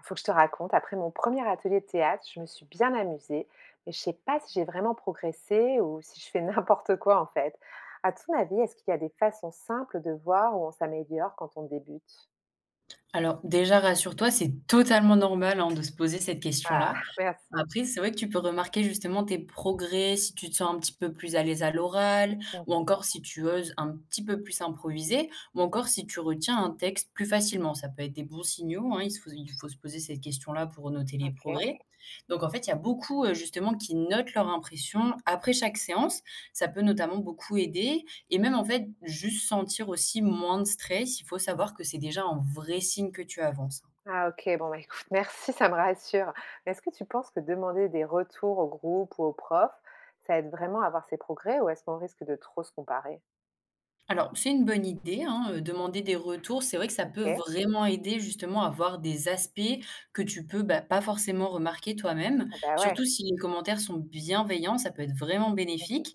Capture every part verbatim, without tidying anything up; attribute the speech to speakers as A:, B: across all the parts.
A: Il faut que je te raconte, après mon premier atelier de théâtre, je me suis bien amusée, mais je ne sais pas si j'ai vraiment progressé ou si je fais n'importe quoi en fait. À ton avis, est-ce qu'il y a des façons simples de voir où on s'améliore quand on débute?
B: Alors déjà, rassure-toi, c'est totalement normal, hein, de se poser cette
A: Ah,
B: question-là.
A: merci.
B: Après, c'est vrai que tu peux remarquer justement tes progrès, si tu te sens un petit peu plus à l'aise à l'oral, ou
A: Mhm,
B: encore si tu oses un petit peu plus improviser, ou encore si tu retiens un texte plus facilement. Ça peut être des bons signaux, hein, il se faut il faut se poser cette question-là pour noter les
A: ok.
B: progrès. Donc en fait, il y a beaucoup, heu, justement qui notent leur impression après chaque séance. Ça peut notamment beaucoup aider et même en fait, juste sentir aussi moins de stress. Il faut savoir que c'est déjà un vrai signe que tu avances.
A: Ah, ok, bon, bah, écoute, merci, ça me rassure. Mais est-ce que tu penses que demander des retours au groupe ou aux profs, ça aide vraiment à voir ses progrès ou est-ce qu'on risque de trop se comparer?
B: Alors, c'est une bonne idée, hein, heu, demander des retours. C'est vrai que ça peut
A: Ok,
B: vraiment aider justement à voir des aspects que tu peux, bah, pas forcément remarquer toi-même.
A: ah bah ouais.
B: Surtout si les commentaires sont bienveillants, ça peut être vraiment
A: Mhm.
B: bénéfique.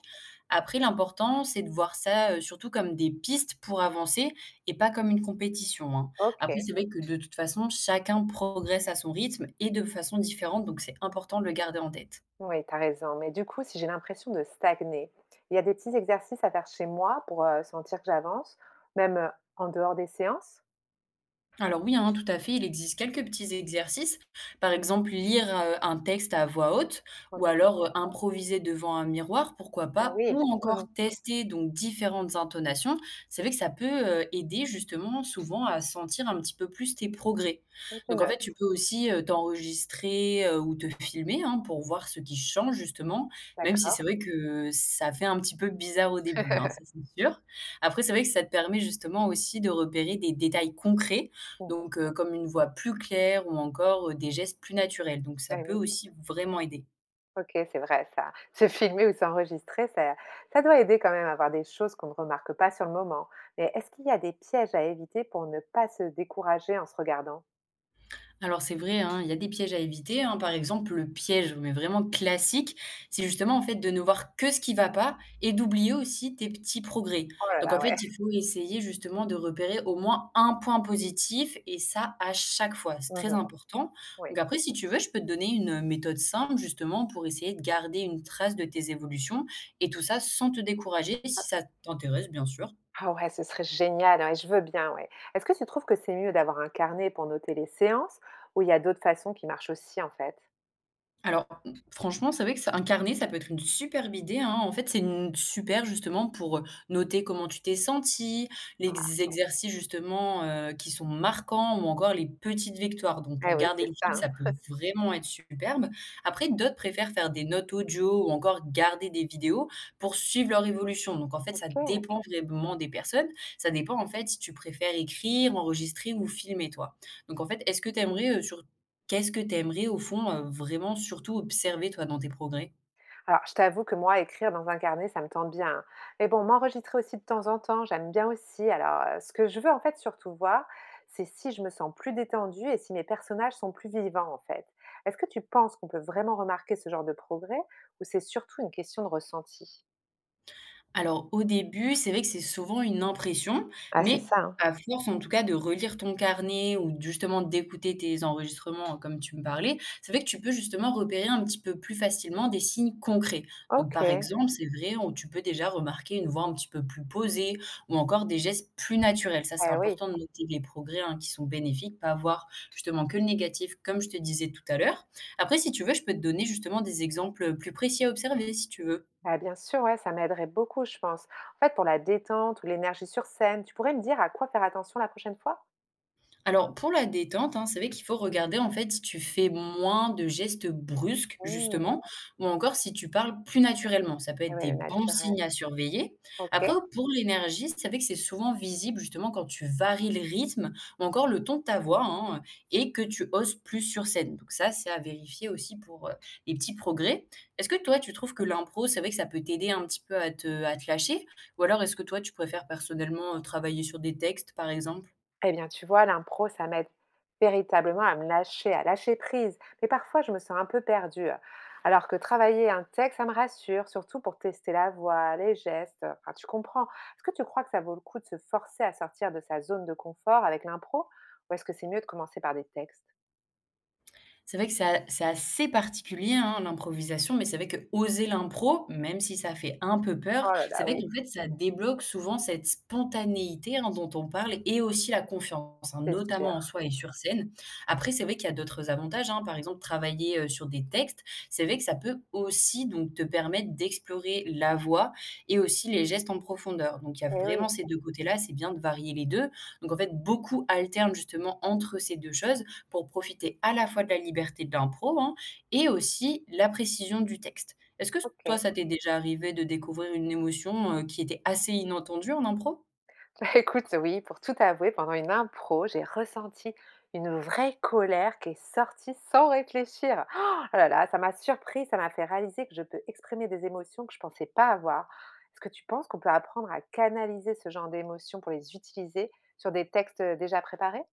B: Après, l'important, c'est de voir ça, heu, surtout comme des pistes pour avancer et pas comme une compétition, hein.
A: Ok.
B: Après, c'est vrai que de toute façon, chacun progresse à son rythme et de façon différente, donc c'est important de le garder en tête.
A: Oui, tu as raison. Mais du coup, si j'ai l'impression de stagner, il y a des petits exercices à faire chez moi pour euh, sentir que j'avance, même euh, en dehors des séances.
B: Alors oui, hein, tout à fait, il existe quelques petits exercices. Par exemple, lire euh, un texte à voix haute ou
A: Ok.
B: alors euh, improviser devant un miroir, pourquoi
A: Ah
B: pas,
A: oui,
B: ou encore tester donc différentes intonations. C'est vrai que ça peut euh, aider justement souvent à sentir un petit peu plus tes progrès.
A: Mhm. Je
B: Donc en fait, tu
A: note.
B: peux aussi euh, t'enregistrer euh, ou te filmer hein, pour voir ce qui change justement, même si
A: D'accord.
B: c'est vrai que ça fait un petit peu bizarre au début, hein, ça c'est sûr. Après, c'est vrai que ça te permet justement aussi de repérer des détails concrets
A: Mhm.
B: donc heu, comme une voix plus claire ou encore, heu, des gestes plus naturels, donc ça
A: Ah
B: peut
A: oui.
B: aussi vraiment aider.
A: Ok, c'est vrai ça. Se filmer ou s'enregistrer, ça, ça doit aider quand même à voir des choses qu'on ne remarque pas sur le moment. Mais est-ce qu'il y a des pièges à éviter pour ne pas se décourager en se regardant?
B: Alors c'est vrai, hein, il y a des pièges à éviter, hein. Par exemple, le piège, mais vraiment classique, c'est justement, en fait, de ne voir que ce qui va pas et d'oublier aussi tes petits progrès.
A: Oh là
B: Donc
A: là,
B: en fait,
A: ouais.
B: il faut essayer justement de repérer au moins un point positif et ça à chaque fois, c'est très
A: Mhm.
B: important. Donc
A: Oui.
B: après, si tu veux, je peux te donner une, méthode simple justement pour essayer de garder une trace de tes évolutions et tout ça sans te décourager si ça t'intéresse, bien sûr.
A: Ah ouais, ce serait génial, hein, et je veux bien, ouais. Est-ce que tu trouves que c'est mieux d'avoir un carnet pour noter les séances ou il y a d'autres façons qui marchent aussi en fait?
B: Alors, franchement, c'est vrai que ça un carnet, ça peut être une superbe idée, hein. En fait, c'est une super justement pour, euh, noter comment tu t'es senti, les exercices justement, heu, qui sont marquants ou encore les petites victoires. Donc
A: Ah, eh
B: pour
A: oui,
B: garder
A: c'est
B: le
A: ça,
B: fil, ça
A: hein.
B: peut vraiment être superbe. Après, d'autres préfèrent faire des notes audio ou encore garder des vidéos pour suivre leur évolution. Donc en fait, ça
A: OK.
B: dépend vraiment des personnes. Ça dépend en fait si tu préfères écrire, enregistrer ou filmer toi. Donc en fait, est-ce que tu aimerais, euh, sur Qu'est-ce que tu aimerais au fond, heu, vraiment surtout observer toi dans tes progrès?
A: Alors, je t'avoue que moi, écrire dans un carnet, ça me tente bien, hein. Mais bon, m'enregistrer aussi de temps en temps, j'aime bien aussi. Alors, heu, ce que je veux en fait surtout voir, c'est si je me sens plus détendue et si mes personnages sont plus vivants en fait. Est-ce que tu penses qu'on peut vraiment remarquer ce genre de progrès ou c'est surtout une question de ressenti?
B: Alors, au début, c'est vrai que c'est souvent une impression,
A: Ah, c'est
B: mais
A: ça, hein.
B: à force, en tout cas, de relire ton carnet ou justement d'écouter tes enregistrements, heu, comme tu me parlais, c'est vrai que tu peux justement repérer un petit peu plus facilement des signes concrets. Donc, par
A: OK.
B: exemple, c'est vrai, où tu peux déjà remarquer une voix un petit peu plus posée ou encore des gestes plus naturels. Ça, c'est
A: Eh oui.
B: important de noter les progrès, hein, qui sont bénéfiques, pas voir justement que le négatif, comme je te disais tout à l'heure. Après, si tu veux, je peux te donner justement des exemples, plus précis à observer si tu veux.
A: Bah, bien sûr, ouais, ça m'aiderait beaucoup, je pense. En fait, pour la détente ou l'énergie sur scène, tu pourrais me dire à quoi faire attention la prochaine fois?
B: Alors pour la détente, hein, c'est vrai qu'il faut regarder en fait si tu fais moins de gestes brusques
A: Mmh.
B: justement ou encore si tu parles plus naturellement. Ça peut
A: Eh
B: être
A: ouais,
B: des
A: le
B: bons
A: naturel.
B: signes à surveiller. Après,
A: OK.
B: pour l'énergie, c'est vrai que c'est souvent visible justement quand tu varies le rythme ou encore le ton de ta voix hein, et que tu oses plus sur scène. Donc ça, c'est à vérifier aussi pour euh, les petits progrès. Est-ce que toi, tu trouves que l'impro, c'est vrai que ça peut t'aider un petit peu à te, à te lâcher? Ou alors est-ce que toi, tu préfères personnellement euh, travailler sur des textes, par exemple?
A: Eh bien, tu vois, l'impro, ça m'aide véritablement à me lâcher, à lâcher prise. Mais parfois, je me sens un peu perdue. Alors que travailler un texte, ça me rassure, surtout pour tester la voix, les gestes. Enfin, tu comprends. Est-ce que tu crois que ça vaut le coup de se forcer à sortir de sa zone de confort avec l'impro? Ou est-ce que c'est mieux de commencer par des textes?
B: C'est vrai que c'est a c'est assez particulier, hein, l'improvisation, mais c'est vrai que oser l'impro, même si ça fait un peu
A: Oh
B: peur,
A: là là,
B: c'est vrai
A: oui,
B: qu'en fait, ça débloque souvent cette spontanéité, hein, dont on parle et aussi la confiance, hein,
A: c'est sûr.
B: notamment en soi et sur scène. Après, c'est vrai qu'il y a d'autres avantages, hein. Par exemple, travailler, heu, sur des textes, c'est vrai que ça peut aussi donc te permettre d'explorer la voix et aussi les gestes en profondeur. Donc il y a
A: Eh oui,
B: vraiment ces deux côtés-là, c'est bien de varier les deux. Donc en fait, beaucoup alternent justement entre ces deux choses pour profiter à la fois de la liberté de l'impro, hein, et aussi la précision du texte. Est-ce que toi,
A: OK.
B: ça t'est déjà arrivé de découvrir une émotion, heu, qui était assez inattendue en impro?
A: Écoute, oui, pour tout avouer, pendant une impro, j'ai ressenti une vraie colère qui est sortie sans réfléchir. Oh là là, ça m'a surpris, ça m'a fait réaliser que je peux exprimer des émotions que je ne pensais pas avoir. Est-ce que tu penses qu'on peut apprendre à canaliser ce genre d'émotions pour les utiliser sur des textes euh, déjà préparés?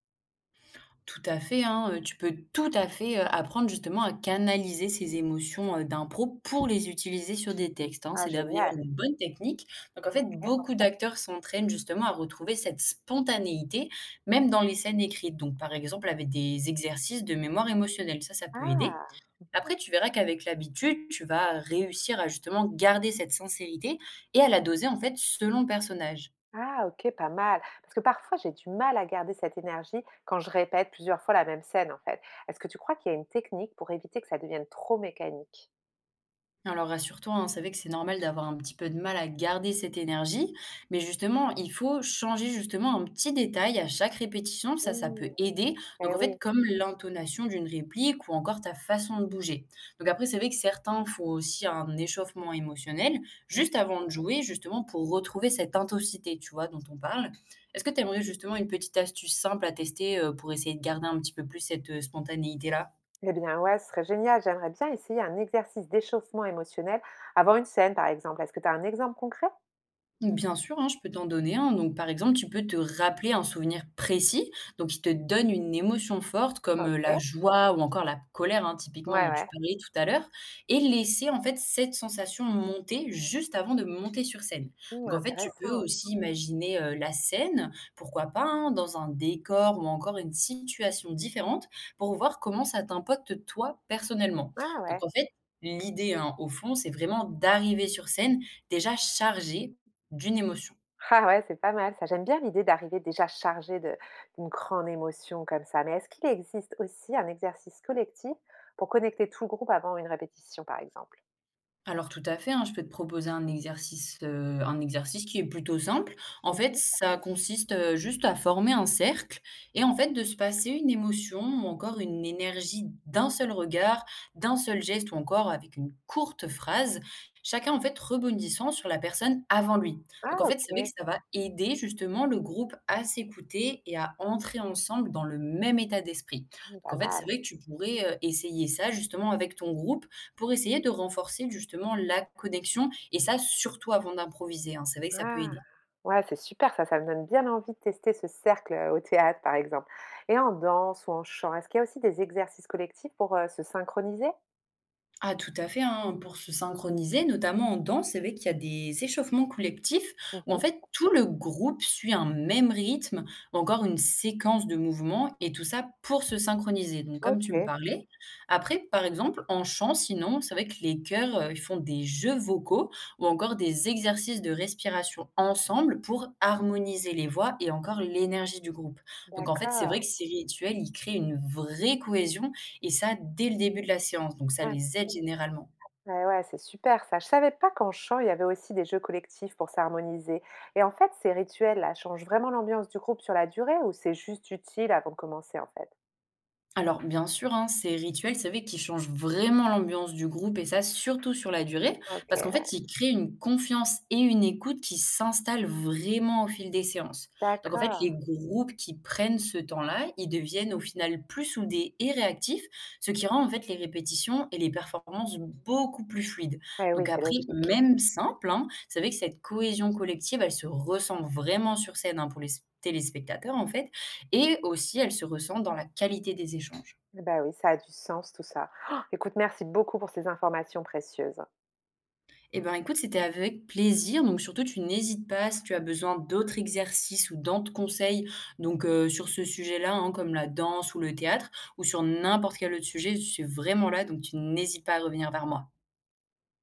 B: Tout à fait, hein, heu, tu peux tout à fait, heu, apprendre justement à canaliser ces émotions, heu, d'impro pour les utiliser sur des textes, hein.
A: Ah,
B: C'est d'ailleurs
A: génial.
B: une bonne technique. Donc en fait,
A: Ok.
B: beaucoup d'acteurs s'entraînent justement à retrouver cette spontanéité, même dans les scènes écrites. Donc par exemple avec des exercices de mémoire émotionnelle, ça, ça peut aider.
A: Ah,
B: Après, tu verras qu'avec l'habitude, tu vas réussir à justement garder cette sincérité et à la doser en fait selon le personnage.
A: ah, ok, pas mal. Parce que parfois, j'ai du mal à garder cette énergie quand je répète plusieurs fois la même scène, en fait. Est-ce que tu crois qu'il y a une technique pour éviter que ça devienne trop mécanique?
B: Alors rassure-toi, hein, c'est vrai que c'est normal d'avoir un petit peu de mal à garder cette énergie, mais justement, il faut changer justement un petit détail à chaque répétition, ça, ça peut
A: Mmh,
B: aider.
A: et
B: Donc en
A: oui.
B: fait, comme l'intonation d'une réplique ou encore ta façon de bouger. Donc après, c'est vrai que certains font aussi un échauffement émotionnel
A: Mmh.
B: juste avant de jouer, justement pour retrouver cette intensité, tu vois, dont on parle. Est-ce que tu aimerais justement une petite astuce simple à tester euh, pour essayer de garder un petit peu plus cette euh, spontanéité-là?
A: Eh bien, ouais, ce serait génial. J'aimerais bien essayer un exercice d'échauffement émotionnel avant une scène, par exemple. Est-ce que tu as un exemple concret?
B: Bien sûr, hein, je peux t'en donner un. Donc, par exemple, tu peux te rappeler un souvenir précis, donc qui te donne une émotion forte, comme euh, la
A: OK.
B: joie ou encore la colère, hein, typiquement
A: Ouais,
B: dont tu
A: ouais.
B: parlais tout à l'heure, et laisser en fait cette sensation monter juste avant de monter sur scène.
A: Mmh,
B: Donc, en fait, tu peux
A: intéressant.
B: aussi imaginer euh, la scène, pourquoi pas, hein, dans un décor ou encore une situation différente, pour voir comment ça t'impacte toi personnellement.
A: Ah
B: Donc,
A: ouais.
B: en fait, l'idée, hein, au fond, c'est vraiment d'arriver sur scène déjà chargé d'une émotion.
A: Ah ouais, c'est pas mal ça. J'aime bien l'idée d'arriver déjà chargé de d'une grande émotion comme ça. Mais est-ce qu'il existe aussi un exercice collectif pour connecter tout le groupe avant une répétition, par exemple?
B: Alors tout à fait, hein, je peux te proposer un exercice, heu, un exercice qui est plutôt simple. En fait,
A: Mmh.
B: ça consiste, heu, juste à former un cercle et en fait de se passer une émotion ou encore une énergie d'un seul regard, d'un seul geste ou encore avec une courte phrase, chacun en fait rebondissant sur la personne avant lui.
A: Ah
B: Donc en fait, c'est vrai que
A: OK.
B: ça va aider justement le groupe à s'écouter et à entrer ensemble dans le même état d'esprit.
A: Mmh,
B: Donc
A: pas
B: en fait, c'est
A: mal.
B: vrai que tu pourrais, heu, essayer ça justement avec ton groupe pour essayer de renforcer justement la connexion et ça surtout avant d'improviser, hein. C'est vrai que ça peut
A: Ah!
B: aider.
A: Ouais, c'est super ça, ça me donne bien envie de tester ce cercle, heu, au théâtre, par exemple. Et en danse ou en chant, est-ce qu'il y a aussi des exercices collectifs pour, heu, se synchroniser?
B: Ah tout à fait, hein, pour se synchroniser, notamment en danse, c'est vrai qu'il y a des échauffements collectifs où en
A: Mmh.
B: fait tout le groupe suit un même rythme ou encore une séquence de mouvements et tout ça pour se synchroniser. Donc comme tu me
A: OK,
B: parlais, après par exemple en chant, sinon c'est vrai que les chœurs euh, ils font des jeux vocaux ou encore des exercices de respiration ensemble pour harmoniser les voix et encore l'énergie du groupe. Donc en fait c'est
A: d'accord.
B: vrai que ces rituels, ils créent une vraie cohésion et ça dès le début de la séance, donc ça
A: Ah,
B: les
A: c'est
B: aide généralement.
A: ouais, ouais, c'est super ça. Je savais pas qu'en chant, il y avait aussi des jeux collectifs pour s'harmoniser. Et en fait, ces rituels-là changent vraiment l'ambiance du groupe sur la durée ou c'est juste utile avant de commencer, en fait?
B: Alors bien sûr, hein, ces rituels, c'est vrai qu'ils changent vraiment l'ambiance du groupe et ça, surtout sur la durée,
A: OK,
B: parce qu'en fait,
A: ouais.
B: ils créent une confiance et une écoute qui s'installent vraiment au fil des séances. Donc en fait,
A: D'accord.
B: les groupes qui prennent ce temps-là, ils deviennent au final plus soudés et réactifs, ce qui rend en fait les répétitions et les performances beaucoup plus fluides.
A: Eh oui,
B: Donc
A: c'est
B: après,
A: logique.
B: même simple, hein, c'est vrai que cette cohésion collective, elle se ressent vraiment sur scène hein, pour les s- téléspectateurs en fait et aussi elle se ressent dans la qualité des échanges.
A: Bah oui, ça a du sens tout ça. Oh, écoute, merci beaucoup pour ces informations précieuses.
B: Eh ben écoute, c'était avec plaisir. Donc surtout, tu n'hésites pas si tu as besoin d'autres exercices ou d'autres conseils donc euh, sur ce sujet-là, hein, comme la danse ou le théâtre, ou sur n'importe quel autre sujet, je suis vraiment là, donc tu n'hésites pas à revenir vers moi.